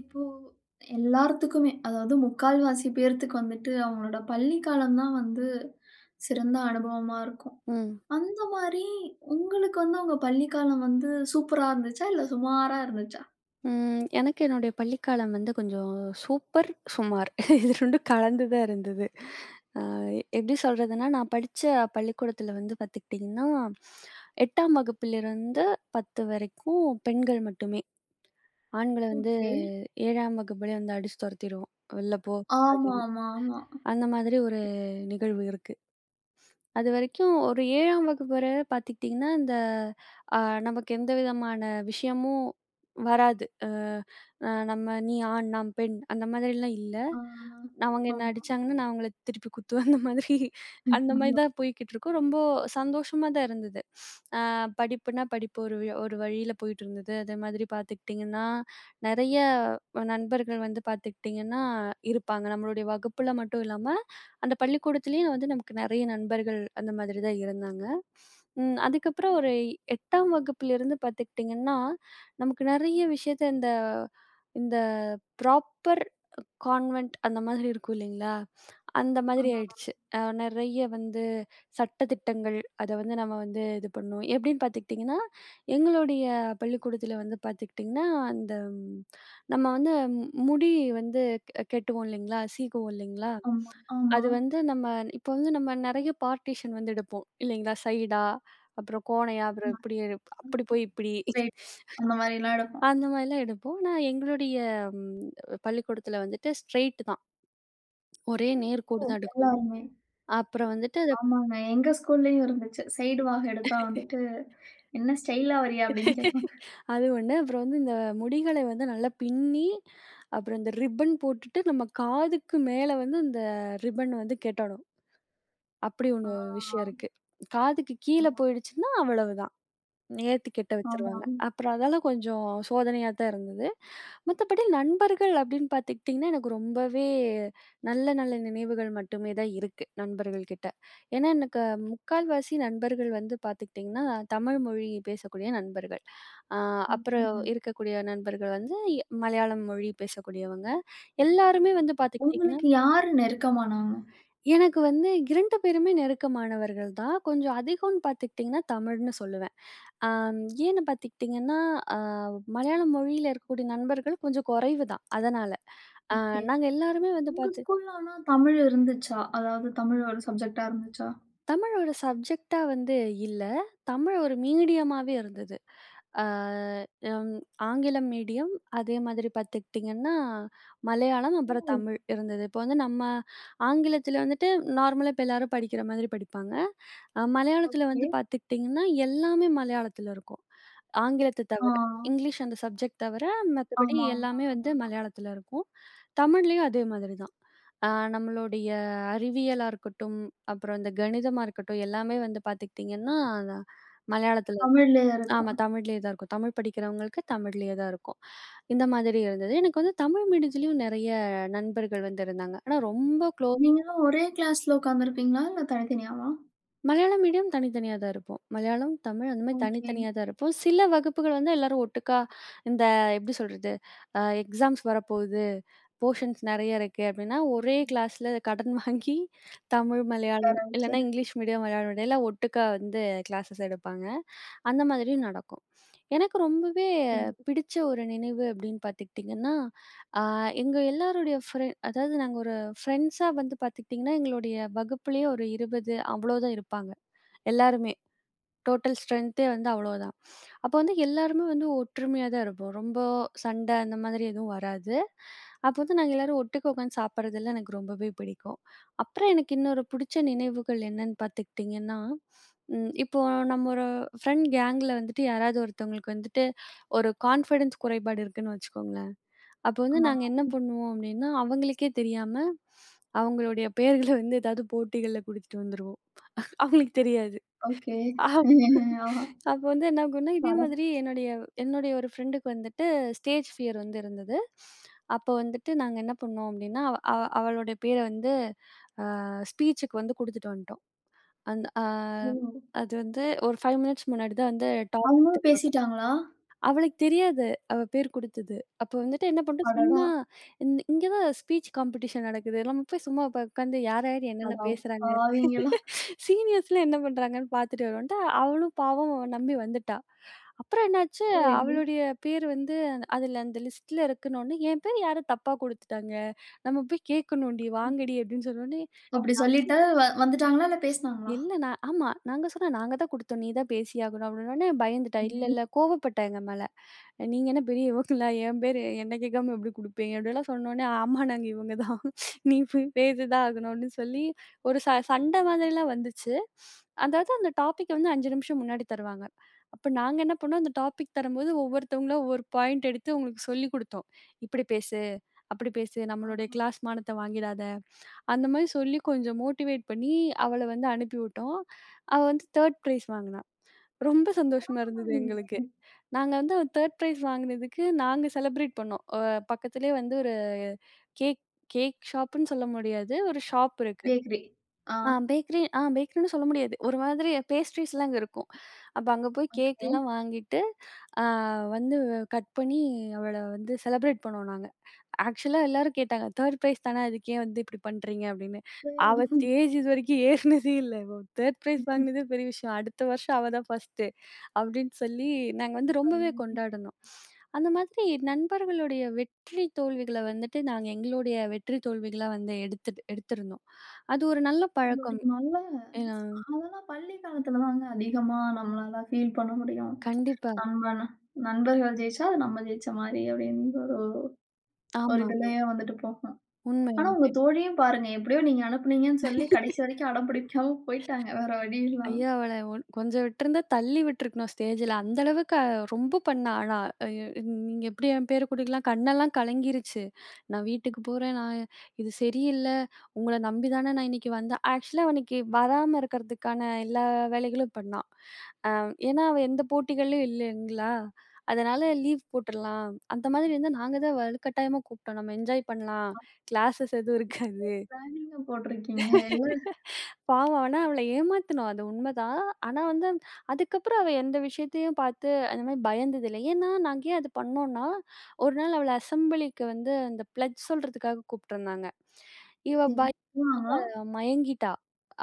இப்போ எல்லாத்துக்குமே, அதாவது முக்கால்வாசி பேர்த்துக்கு வந்துட்டு அவங்களோட பள்ளி காலம் தான் வந்து சிறந்த அனுபவமா இருக்கும். ம். அந்த மாரி உங்களுக்கு வந்து உங்க பள்ளி காலம் வந்து சூப்பரா இருந்துச்சா? இல்ல சுமாரா இருந்துச்சா? ம். எனக்கு என்னுடைய பள்ளிக்காலம் வந்து கொஞ்சம் சூப்பர், சுமார் இது 2ம் கலந்து தான் இருந்தது. அ எப்படி சொல்றதுன்னா, நான் படிச்ச பள்ளிக்கூடத்தில வந்து பார்த்துக்கிட்டிங்கன்னா, 8ஆம் வகுப்பிலிருந்து 10 வரைக்கும் பெண்கள் மட்டுமே. ஆண்கள வந்து ஓகே. 7ஆம் வகுப்புலயே வந்து அடிச்சு துரத்திருவோம். "வெளில போ" ஆமா, அப்படின்னு. ஆமா, ஆமா. அந்த மாதிரி ஒரு நிகழ்வு இருக்கு. அதுவரைக்கும் ஒரு 7ஆம் வகுப்பு வர பார்த்துக்கிட்டிங்கன்னா, இந்த அ நமக்கு எந்த விதமான விஷயமும் வராது. அ அ நம்ம நீ ஆண், நான் பெண் அந்த மாதிரிலாம் இல்ல. ஆ, அவங்க என்ன ஆமா. அடிச்சாங்கன்னா, நான் அவங்கள திருப்பி குத்துவேன். அந்த மாதிரி ஐயய்யோ! தான் போய்க்கிட்டுருக்கும். ரொம்ப சந்தோஷமா தான் இருந்தது. அ படிப்புனா படிப்பு ஒரு வழியில போயிட்டுருந்தது. அதே மாதிரி பார்த்துக்கிட்டிங்கன்னா, நெறைய நண்பர்கள் வந்து பார்த்துக்கிட்டிங்கன்னா இருப்பாங்க. நம்மளுடைய வகுப்புல மட்டும் இல்லாம, அந்த பள்ளிக்கூடத்திலேயே வந்து நமக்கு நெறைய நண்பர்கள் அந்த மாதிரி தான் இருந்தாங்க. ம். அதுக்கப்புறம் ஒரு 8ஆம் வகுப்பிலிருந்து பார்த்துக்கிட்டிங்கன்னா, நமக்கு நெறைய விஷயத்த இந்த இந்த ப்ராப்பர் கான்வென்ட் அந்த மாதிரி இருக்கும் இல்லைங்களா? அந்த ஆ, மாதிரி ஆயிடுச்சு. நெறைய வந்து சட்ட திட்டங்கள் அத வந்து நம்ம வந்து இது பண்ணோம். எப்படின்னு பார்த்துக்கிட்டிங்கன்னா, எங்களுடைய பள்ளிக்கூடத்தில வந்து பார்த்துக்கிட்டிங்கன்னா, அந்த ம், நம்ம வந்து முடி வந்து கெட்டுவோம் இல்லைங்களா? சீகுவோம் இல்லைங்களா? ஆமா, ஆமா. அது வந்து நம்ம இப்போ வந்து நம்ம நெறைய பார்ட்டிஷன் வந்து எடுப்போம். இல்லைங்களா? சைடா, அப்புறம் கோணையா, அப்படி போய் இப்படி ஸ்ட்ரெயிட் அந்த மாரிலாம் எடுப்போம். அந்த மாரிலாம் எடுப்போம். ஆனா எங்களுடைய ம் பள்ளிக்கூடத்துல வந்துட்டு ஸ்ட்ரெய்ட் தான். ஒரே நேர்கோடு ஓ! தான் எடுக்கணும். எல்லாருமே. அப்புறம் வந்துட்டு அத ஆமாங்க. எங்க ஸ்கூல்லயும் இருந்துச்சு. சைடு வாக எடுத்தா வந்துட்டு, "என்ன ஸ்டைலா வரியா?" அப்படின்னு கேட்பாங்க. அது ஒண்ணு. அப்புறம் வந்து இந்த முடிகளை வந்து நல்லா பின்னி, அப்புறம் இந்த ரிப்பன் போட்டுட்டு நம்ம காதுக்கு மேல வந்து அந்த ரிப்பன் வந்து கெட்டணும். அப்படி ஒண்ணு ஆ, விஷயம் இருக்கு. காதுக்கு கீழ ஆமா, போயிடுச்சுன்னா அவ்வளவுதான். நேர்த்தி கெட்ட ஆமா. வச்சுருவாங்க. அப்புறம் அதெல்லாம் கொஞ்சம் சோதனையா தான் இருந்தது. மத்தபடி நண்பர்கள் அப்படின்னு பார்த்துக்கிட்டிங்கன்னா, எனக்கு ரொம்பவே நல்ல நல்ல நினைவுகள் மட்டுமே தான் இருக்கு நண்பர்கள் கிட்ட. ஏன்னா எனக்கு முக்கால்வாசி நண்பர்கள் வந்து பார்த்துக்கிட்டிங்கன்னா, தமிழ் மொழி பேசக்கூடிய நண்பர்கள். அ அப்புறம் ம். இருக்கக்கூடிய நண்பர்கள் வந்து மலையாளம் மொழி பேசக்கூடியவங்க. எல்லாருமே வந்து பார்த்துக்கிட்டிங்கன்னா, உங்களுக்கு யாரு நெருக்கமானாங்க? எனக்கு வந்து 2 பேருமே நெருக்கமானவர்கள் தான். கொஞ்சம் அதிகம்னு பார்த்துக்கிட்டிங்கன்னா, தமிழ்ன்னு சொல்லுவேன். ஆம், ஏன்னு பார்த்துக்கிட்டிங்கன்னா, அ மலையாள மொழியில இருக்கக்கூடிய நண்பர்கள் கொஞ்சம் குறைவு தான். அதனால. அ ஓகே. நாங்க எல்லாருமே வந்து உங்க பார்த்து ஸ்கூல்ல ஆனா தமிழ் இருந்துச்சா? அதாவது தமிழ் ஒரு சப்ஜெக்ட்டா இருந்துச்சா? தமிழ் ஒரு சப்ஜெக்ட்டா வந்து இல்ல. தமிழ் ஒரு மீடியமாவே இருந்தது. அ ம் ஆங்கிலம் மீடியம், அதே மாதிரி பார்த்துக்கிட்டிங்கன்னா, மலையாளம், அப்புறம் ஓ! தமிழ் இருந்தது. இப்போ வந்து நம்ம ஆங்கிலத்தில வந்துட்டு நார்மலா இப்ப எல்லாரும் படிக்கிற மாதிரி படிப்பாங்க. மலையாளத்தில வந்து ஓகே. பார்த்துக்கிட்டிங்கன்னா, எல்லாமே மலையாளத்தில இருக்கும். ஆங்கிலத்த ஆ. தவிர. இங்கிலீஷ் அந்த சப்ஜெக்ட் தவிர, மத்தபடி ஆமா, எல்லாமே ஆமா, வந்து ஆமா. மலையாளத்தில இருக்கும். தமிழ்லயும் அதே மாதிரி தான். அ நம்மளுடைய அறிவியலா இருக்கட்டும், அப்புறம் இந்த கணிதமா இருக்கட்டும், எல்லாமே வந்து பார்த்துக்கிட்டிங்கன்னா, மலையாளத்தில தமிழ்லயே ஆமா இருக்கும். தமிழ்லயே தான் இருக்கும். தமிழ் படிக்கிறவங்களுக்கு தமிழ்லயே தான் இருக்கும். இந்த மாதிரி இருந்தது. எனக்கு வந்து தமிழ் மீடியத்துலயும் நெறைய நண்பர்கள் வந்து இருந்தாங்க. ஆனா ரொம்ப குளோஸ் நீங்கலாம் ஒரே கிளாஸ்ல உட்கார்ந்திருப்பீங்களா? இல்ல தனித்தனியாவா? மலையாளம் மீடியம் தனித்தனியா தான் இருக்கும். மலையாளம், தமிழ் அந்த மாரி ஓகே. தனித்தனியா தான் இருக்கும். சில வகுப்புகள் வந்து எல்லாரும் ஒட்டுக்கா இந்த எப்படி சொல்றது? எக்ஸாம்ஸ் வரப்போகுது, போர்ஷன்ஸ் நெறைய இருக்கு அப்படின்னா, ஒரே கிளாஸ்ல கடன் வாங்கி தமிழ், உட்கார மலையாளம் வச்சு. இல்லன்னா இங்கிலீஷ் மீடியம், மலையாளம் மீடியம் எல்லாம் ஒட்டுக்கா வந்து கிளாஸஸ் எடுப்பாங்க. அந்த மாதிரியும் நடக்கும். எனக்கு ரொம்பவே ம். பிடிச்ச ஒரு நினைவு அப்படின்னு பார்த்துக்கிட்டிங்கன்னா, அ எங்க எல்லாருடைய அதாவது நாங்க ஒரு ஃப்ரெண்ட்ஸா வந்து பார்த்துக்கிட்டிங்கன்னா, எங்களுடைய வகுப்புலயே ஒரு 20 அவ்வளோ தான் இருப்பாங்க. எல்லாருமே. டோட்டல் ஸ்ட்ரென்த்தே வந்து அவ்வளோதான். அப்போ வந்து எல்லாருமே வந்து ஒற்றுமையா தான் இருப்போம். ரொம்ப சண்டை அந்த மாதிரி எதுவும் வராது. அப்போ வந்து நாங்க எல்லாரும் ஒட்டுக்க உட்காந்து சாப்பிடுறதெல்லாம் எனக்கு ரொம்பவே பிடிக்கும். அப்புறம் எனக்கு இன்னொரு பிடிச்ச நினைவுகள் என்னன்னு பார்த்துக்கிட்டிங்கன்னா, இப்போ நம்ம ஒரு ஃப்ரெண்ட் கேங்கில வந்துட்டு யாராவது ஒருத்தவங்களுக்கு வந்துட்டு ஒரு கான்ஃபிடன்ஸ் குறைபாடு இருக்குன்னு வச்சுக்கோங்களேன். அப்போ வந்து நாங்க ஆ. என்ன பண்ணுவோம் அப்டின்னா, அவங்களுக்கே தெரியாம அவங்களுடைய பெயர்கள வந்து ஏதாவது போட்டிகள்ல குடுத்துட்டு வந்துருவோம். அவங்களுக்கு தெரியாது. ஓகே. ஆ. அப்ப வந்து என்ன ஆகும்னா, இதே அட! மாதிரி என்னுடைய என்னுடைய ஒரு ஃப்ரெண்டுக்கு வந்துட்டு ஸ்டேஜ் ஃபியர் வந்து இருந்தது. அப்போ வந்துட்டு நாங்க என்ன பண்ணோம் அப்டின்னா, அவ அவ அவளுடைய பேர வந்து ஸ்பீச்சுக்கு வந்து குடுத்துட்டு வந்துட்டோம். அந்த அ ஓ! அது வந்து ஒரு 5 மினிட்ஸ் முன்னாடி தான் வந்து டாபிக் அவங்களும் பேசிட்டாங்களா? அவளுக்கு தெரியாது. அவ பேர் குடுத்தது. அப்ப வந்துட்டு என்ன பண்ணிட்டோம், அடடா! சும்மா இங்க தான் ஸ்பீச் காம்படிஷன் நடக்குது. நம்ம போய் சும்மா உட்காந்து யார் யார் என்னென்ன அட பேசுறாங்க, பாவிங்களா! சீனியர்ஸ்லாம் என்ன பண்றாங்கன்னு பார்த்துட்டு வருவோன்ட்டு, அவளும் பாவம் அவ நம்பி வந்துட்டா. அப்புறம் என்னாச்சு, சரி. அவளுடைய பேர் வந்து அதுல அந்த லிஸ்ட்ல இருக்குனோனே, என் பேர் யாரோ தப்பா குடுத்துட்டாங்க. நம்ம போய் கேட்கணும்டி, வாங்கடி அப்படின்னு சொன்னோனே, அப்படி சொல்லிட்டு வந்துட்டாங்களா? இல்ல பேசினாங்களா? இல்ல நான் ஆமா. நாங்க சொன்னோம், "நாங்க தான் குடுத்தோம். நீ தான் பேசியாகணும்." அப்படின்னோனே பயந்துட்டா. "இல்ல, ஐயயோ! இல்ல." கோவப்பட்டா எங்க மேல. "நீங்க என்ன பெரிய இவங்களா? என் பேரு என்ன கேட்காம எப்படி குடுப்பீங்க?" அப்படிலாம் சொன்னோனே, "ஆமா, நாங்க இவங்க தான். நீ போய் பேசி தான் ஆகணும்." அப்படின்னு சொல்லி ஒரு சண்டை மாதிரிலாம் வந்துச்சு. அதாவது அந்த டாபிக்க வந்து 5 நிமிஷம் முன்னாடி தருவாங்க. அப்ப நாங்க என்ன பண்ணோம், அந்த டாபிக் தரும்போது ஒவ்வொருத்தவங்களா ஒவ்வொரு பாயிண்ட் எடுத்து அவங்களுக்கு சொல்லிக் குடுத்தோம். "இப்படி பேசு, அப்படி பேசு. நம்மளுடைய கிளாஸ் மானத்த வாங்கிடாத." அந்த மாரி சொல்லி கொஞ்சம் மோட்டிவேட் பண்ணி, அவள வந்து அனுப்பிவிட்டோம். அவ வந்து 3 பிரைஸ் வாங்குனா. ரொம்ப சந்தோஷமா இருந்தது பரவால்லயே! எங்களுக்கு. நாங்க வந்து 3 பிரைஸ் வாங்கினதுக்கு நாங்க செலிப்ரேட் பண்ணோம். பக்கத்திலேயே வந்து ஒரு கேக் கேக் ஷாப்ன்னு சொல்ல முடியாது. ஒரு ஷாப் இருக்கு. பேக்கரி. ஆ, ஆ பேக்கரின்னு சொல்ல முடியாது. ஒரு மாதிரி பேஸ்ட்ரீஸ்லாம் அங்க இருக்கும். அப்ப அங்க போய் ஓகே. கேக்லாம் வாங்கிட்டு, ஆ வந்து கட் பண்ணி அவள வந்து செலிப்ரேட் பண்ணோம் நாங்க. ஆக்சுவலா எல்லாரும் கேட்டாங்க. "3 பிரைஸ் தானே அதுக்கு ஏன் வந்து இப்டி பண்றீங்க?" அப்டின்னு. அவ அது ஸ்டேஜ் இதுவரைக்கும் ஏறுனதே இல்ல. அவ 3 பிரைஸ் வாங்கினதே பெரிய விஷயம். அடுத்த வருஷம் அவ தான் ஃபர்ஸ்ட்டு அப்டின்னு சொல்லி நாங்க வந்து ரொம்பவே கொண்டாடுனோம். அந்த மாதிரி நண்பர்களுடைய வெற்றி தோல்விகள வந்துட்டு நாங்க எங்களுடைய வெற்றி தோல்விகளா வந்து எடுத்துட்டு எடுத்திருந்தோம். அது ஒரு நல்ல ஒரு பழக்கம். நல்ல ஏன்னா அதெல்லாம் பள்ளி காலத்துல தாங்க அதிகமா நம்மளால ஃபீல் பண்ண முடியும். கண்டிப்பா. நண்பன் நண்பர்கள் ஜெயிச்சா, அது நம்ம ஜெயிச்ச மாரி அப்டின்ற ஒரு ஒரு ஆமாமா. இதுலயே வந்துட்டு போகும். உண்மை, ஆனா உண்மை. உங்க தோழியும் பாருங்க, எப்படியோ நீங்க அனுப்புனீங்கன்னு சொல்லி கடைசி வரைக்கும் அடம் பிடிக்காம போயிட்டாங்க. வேற வழி இல்லாம. ஐயோ! அவள ஒன் கொஞ்சம் விட்டுருந்தா தள்ளி விட்டுருக்கணும் ஸ்டேஜ்ல. அந்த அளவுக்கு ரொம்ப பண்ணா ஆனா. ஐயோ! நீங்க எப்படி என் பேர கூட்டிக்கலாம் கண்ணெல்லாம் கலங்கிருச்சு. நான் வீட்டுக்கு போறேன். நான் இது சரியில்ல. உங்கள நம்பி தானே நான் இன்னைக்கு வந்தேன். ஆக்சுவலா அவனுக்கு வராம இருக்கறதுக்கான எல்லா வேலைகளும் பண்ணா. ஏன்னா, அவ எந்த போட்டிகள்லயும் இல்லைங்களா? அதனால லீவ் போட்டுறலாம். அந்த மாதிரி இருந்தா நாங்க தான் வலுக்கட்டாயமா கூப்பிட்டோம். நம்ம என்ஜாய் பண்ணலாம். கிளாஸஸ் எதுவும் இருக்காது. பிளானிங்கா போட்டிருக்கீங்க. எல்லாம் பாவம். ஆனா அவள ஏமாத்துனோம். அது உண்மதான். ஆனா வந்து அதுக்கப்புறம் அவ எந்த விஷயத்தையும் பார்த்து அந்த மாரி பயந்ததில்ல. ஏன்னா, நாங்க ஏன் அது பண்ணோம்னா, ஒரு நாள் அவள அசெம்பிளிக்கு வந்து அந்த பிளட்ஜ் சொல்றதுக்காக கூப்ட்டுருந்தாங்க. இவ பய சரி. வாங்கலாம். மயங்கிட்டா.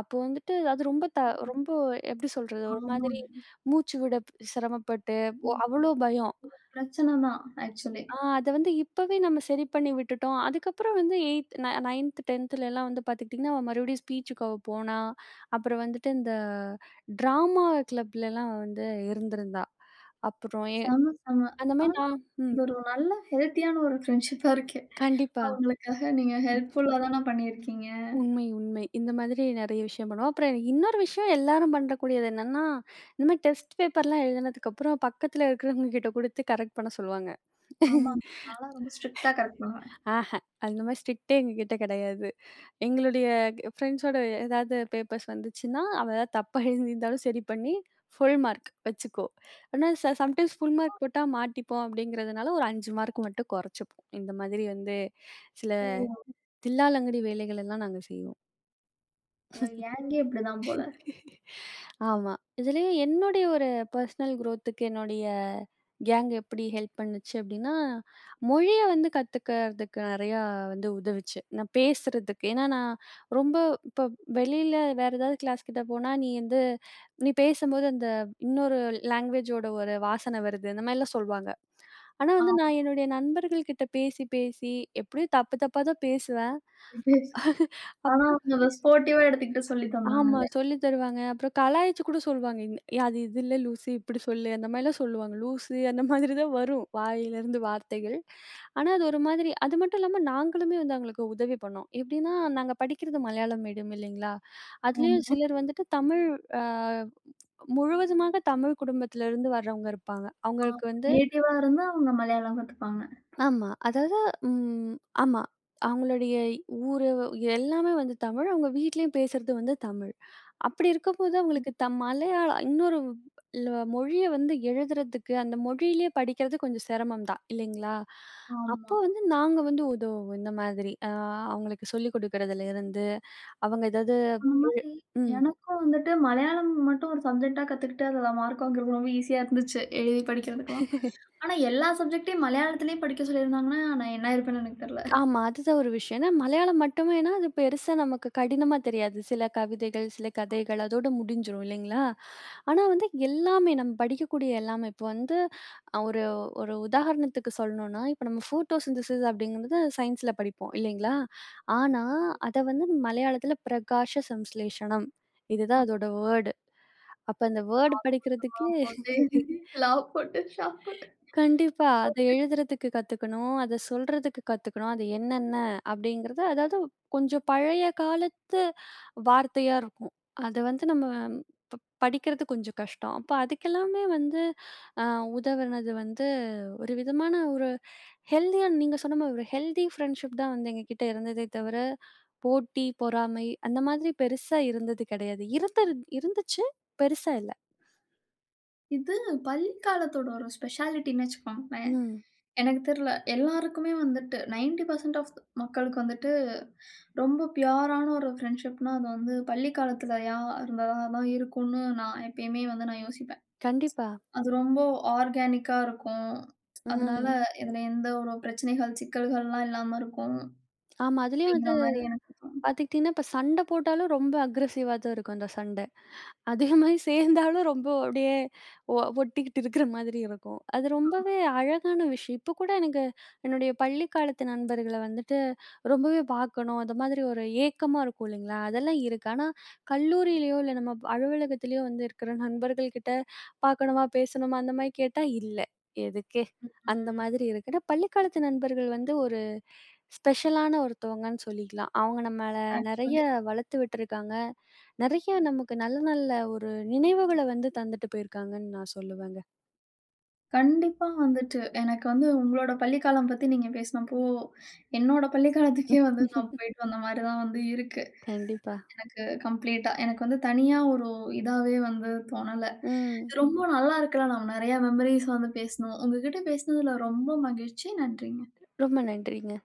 அப்போ வந்துட்டு அது ரொம்ப எப்படி சொல்றது? ஒரு மாதிரி ஆமாங்க. மூச்சு விட சிரமப்பட்டு, ம். அவ்ளோ பயம். பிரச்சன தான் ஆக்சுவலி. அத வந்து இப்பவே நம்ம சரி பண்ணி விட்டுட்டோம். அதுக்கப்புறம் வந்து 8த் ந 9த் 10த்லலாம் வந்து பார்த்துக்கிட்டிங்கன்னா, அவ மறுபடியும் ஸ்பீச்சுக்கு அவ போனா. அப்புறம் வந்துட்டு இந்த ட்ராமா கிளப்லலாம் வந்து இருந்திருந்தா. அப்புறம் செம, செம. அந்த மாரி ஆனா, நான் ம். இது ஒரு நல்ல ஹெல்த்தியான ஒரு ஃப்ரெண்ட்ஷிப்பா இருக்கு. கண்டிப்பா. அவங்களுக்காக நீங்க ஹெல்ப்ஃபுல்லா தான பண்ணியிருக்கீங்க. உண்மை, உண்மை. இந்த மாதிரி நெறைய விஷயம் பண்ணுவோம். அப்புறம் எனக்கு இன்னொரு விஷயம் எல்லாரும் பண்ணக்கூடியது என்னன்னா, இந்த மாரி டெஸ்ட் பேப்பர்லாம் எழுதினதுக்கப்புறம் பக்கத்துல இருக்கிறவங்க கிட்ட குடுத்து கரெக்ட் பண்ண சொல்லுவாங்க. ஆமாங்க. நான்லாம் ரொம்ப ஸ்ட்ரிக்ட்டா கரெக்ட் பண்ணுவேன். ஆஹ. அந்த மாரி ஸ்ட்ரிக்ட்டே எங்ககிட்ட கெடையாது. எங்களுடைய ஃப்ரெண்ட்ஸோட ஏதாவது பேப்பர்ஸ் வந்துச்சுன்னா, அவ ஏதாவது தப்பா எழுதியிருந்தாலும் சரி பண்ணி, ஃபுல் மார்க் வச்சுக்கோ. ஆனா சம்டைம்ஸ் ஃபுல் மார்க் போட்டா மாட்டிப்போம் அப்படிங்கிறதுனால, ஒரு 5 மார்க் மட்டும் குறைச்சுப்போம். இந்த மாதிரி வந்து சில ஓ! தில்லாலங்கடி வேலைகள் எல்லாம் நாங்க செய்வோம். இவ கேங்கே இப்படிதான் போல. ஆமா. இதுலயும் என்னுடைய ஒரு பெர்சனல் குரோத்துக்கு என்னுடைய கேங் எப்படி ஹெல்ப் பண்ணுச்சு அப்படின்னா, மொழிய வந்து கத்துக்கிறதுக்கு நெறையா வந்து உதவுச்சு. நான் பேசுறதுக்கு. ஏன்னா நான் ரொம்ப இப்ப வெளியில வேற ஏதாவது கிளாஸ் கிட்ட போனா, நீ பேசும்போது அந்த இன்னொரு லாங்குவேஜோட ஒரு வாசனை வருது. இந்த மாரிலாம் சொல்வாங்க. ஆனா ஆ. வந்து நான் என்னுடைய நண்பர்கள் கிட்ட பேசி, பேசி எப்படியும் தப்பு தப்பா தான் பேசுவேன். அப் ஆனா அவங்க அத ஸ்போர்ட்டிவா எடுத்துக்கிட்டு சொல்லி ஆமா. தந்தாங்கல்ல. சொல்லி தருவாங்க. அப்புறம் கலாய்ச்சு கூட சொல்லுவாங்க. அது இது இல்ல லூசு, இப்படி சொல்லு அந்த மாரிலாம் சொல்லுவாங்க. லூசு அந்த மாதிரி தான் வரும். வாயிலிருந்து வார்த்தைகள். ஆனா, அது ஒரு மாதிரி அது மட்டும் இல்லாம நாங்களுமே வந்து அவங்களுக்கு உதவி பண்ணோம். எப்படின்னா, நாங்க படிக்கிறது மலையாளம் மீடியம் இல்லைங்களா? அதுலயும் ஆமா. சிலர் வந்துட்டு தமிழ் அ முழுவதுமாக தமிழ் குடும்பத்திலருந்து வர்றவங்க இருப்பாங்க. ஆ, அவங்களுக்கு வந்து நேட்டிவா இருந்தா அவங்க மலையாளம் கத்துப்பாங்க. ஆமா. அதாவது ம் ஆமா. அவங்களுடைய ஊரு எல்லாமே வந்து தமிழ். அவங்க வீட்லயும் பேசுறது வந்து தமிழ். அப்படி இருக்கும்போது அவங்களுக்கு மலையாளம் இன்னொரு ல மொழிய வந்து எழுதுறதுக்கு, அந்த மொழியிலேயே படிக்கிறது கொஞ்சம் சிரமம் தான் இல்லைங்களா? அப்போ ஆமா. வந்து நாங்க வந்து உதவுவோம் இந்த மாதிரி. அவங்களுக்கு சொல்லிக் குடுக்கறதுல இருந்து, அவங்க ஏதாவது அந்த எ மாரி ம். எனக்கும் வந்துட்டு மலையாளம் மட்டும் ஒரு சப்ஜெக்ட்டா கத்துக்கிட்டு அதுல மார்க் வாங்குறது ரொம்ப ஈஸியா இருந்துச்சு. எழுதி படிக்கிறதுக்கலாம். ஆனா எல்லா சப்ஜெக்ட்டையும் மலையாளத்திலேயே படிக்க சொல்லியிருந்தாங்கன்னா, நான் என்ன ஆயிருப்பேன்னு எனக்கு தெரியல. ஆமா. அதுதான் ஒரு விஷயம். ஏன்னா மலையாளம் மட்டுமேன்னா, அது பெருசா நமக்கு கடினமா தெரியாது. சில கவிதைகள், சில கதைகள் அதோட முடிஞ்சிரும் இல்லைங்களா? ஆனா வந்து எல்லாமே நம்ம படிக்கக்கூடிய எல்லாமே இப்போ வந்து ஒரு ஒரு உதாரணத்துக்கு சொல்லணும்னா, இப்போ நம்ம ஃபோட்டோசிந்தசிஸ் அப்படிங்கிறது சயின்ஸ்ல படிப்போம் இல்லைங்களா? ஆனா அத வந்து மலையாளத்தில பிரகாஷ சம்ஸ்லேஷனம் அ, இதுதான் அதோட வேர்டு. அப்ப அந்த வேர்ட் ஆ படிக்கிறதுக்கே போட்டு, லா போட்டு, ஷா போட்டு. கண்டிப்பா. அத எழுதுறதுக்கு கத்துக்கணும். அத சொல்றதுக்கு கத்துக்கணும். அது என்னென்ன அப்படிங்கிறது, அதாவது கொஞ்சம் பழைய காலத்து வார்த்தையா இருக்கும். அத வந்து நம்ம ப படிக்கிறது கொஞ்சம் கஷ்டம். அப்ப அதுக்கெல்லாமே வந்து அ உதவுனது வந்து ஒரு விதமான ஒரு ஹெல்தியான நீங்க சொன்ன மாரி ஒரு ஹெல்தி ஃப்ரெண்ட்ஷிப் தான் வந்து எங்ககிட்ட இருந்ததே தவிர, போட்டி, பொறாமை அந்த மாதிரி பெருசா இருந்தது கிடையாது. இருந்தது இருந்துச்சு, பெருசா இல்ல. இது பள்ளி காலத்தோட ஒரு ஸ்பெஷாலிட்டின்னு வச்சுக்கோங்களேன். ம். எனக்கு தெரியல. எல்லாருக்குமே வந்துட்டு 90% ஆஃப் மக்களுக்கு வந்துட்டு ரொம்ப பியூரான ஒரு ஃப்ரெண்ட்ஷிப்னா, அது வந்து பள்ளி காலத்துலயா இருந்ததா தான் இருக்கும்னு நான் எப்பயுமே வந்து நான் யோசிப்பேன். கண்டிப்பா. அது ரொம்ப ஆர்கானிக்கா இருக்கும். அதனால ம். ம். இதுல எந்த ஒரு பிரச்சனைகள், சிக்கல்கள்லாம் இல்லாம இருக்கும். ஆமா. அதுலயும் அப்படிங்கிற மாரி எனக்கு தோணும். பாத்துக்கிட்டீங்கன்னா, இப்ப சண்டை போட்டாலும் ரொம்ப அக்ரஸிவா தான் இருக்கும் அந்த சண்டை. அதே மாரி சேர்ந்தாலும் ரொம்ப அப்படியே ஒட்டிக்கிட்டு இருக்கிற மாதிரி இருக்கும். அது ரொம்பவே அழகான விஷயம். இப்போ கூட எனக்கு என்னுடைய பள்ளி காலத்து நண்பர்கள வந்துட்டு ரொம்பவே பார்க்கணும். அந்த மாதிரி ஒரு ஏக்கமா இருக்கும் இல்லைங்களா? அதெல்லாம் இருக்கு. ஆனா கல்லூரியிலயோ, இல்ல நம்ம அலுவலகத்திலயோ வந்து இருக்கிற நண்பர்கள் கிட்ட பார்க்கணுமா, பேசணுமா அந்த மாரி கேட்டா, இல்ல எதுக்கே அந்த ம். மாதிரி இருக்கு. ஆனா பள்ளி காலத்து நண்பர்கள் வந்து ஒரு ஸ்பெஷலான ஒருத்தவங்கன்னு சொல்லிக்கலாம். அவங்க நம்மள நெறைய ஆக்சுவலி. வளர்த்து விட்டுருக்காங்க. நெறைய நமக்கு நல்ல நல்ல ஒரு நினைவுகள வந்து தந்துட்டு போயிருக்காங்கன்னு நான் சொல்லுவேங்க. கண்டிப்பா வந்துட்டு எனக்கு வந்து உங்களோட பள்ளிக்காலம் பத்தி நீங்க பேசினப்போ, என்னோட பள்ளிக்காலத்துக்கே வந்து நான் போயிட்டு வந்த மாரி தான் வந்து இருக்கு. கண்டிப்பா. எனக்கு கம்ப்ளீட்டா. எனக்கு வந்து தனியா ஒரு இதாவே வந்து தோணல. ம். இது ரொம்ப நல்லா இருக்குல்ல. நம்ம நெறைய மெமரீஸ் வந்து பேசணும். உங்ககிட்ட பேசினதுல ரொம்ப மகிழ்ச்சி. நன்றி. ரொம்ப நன்றிங்க.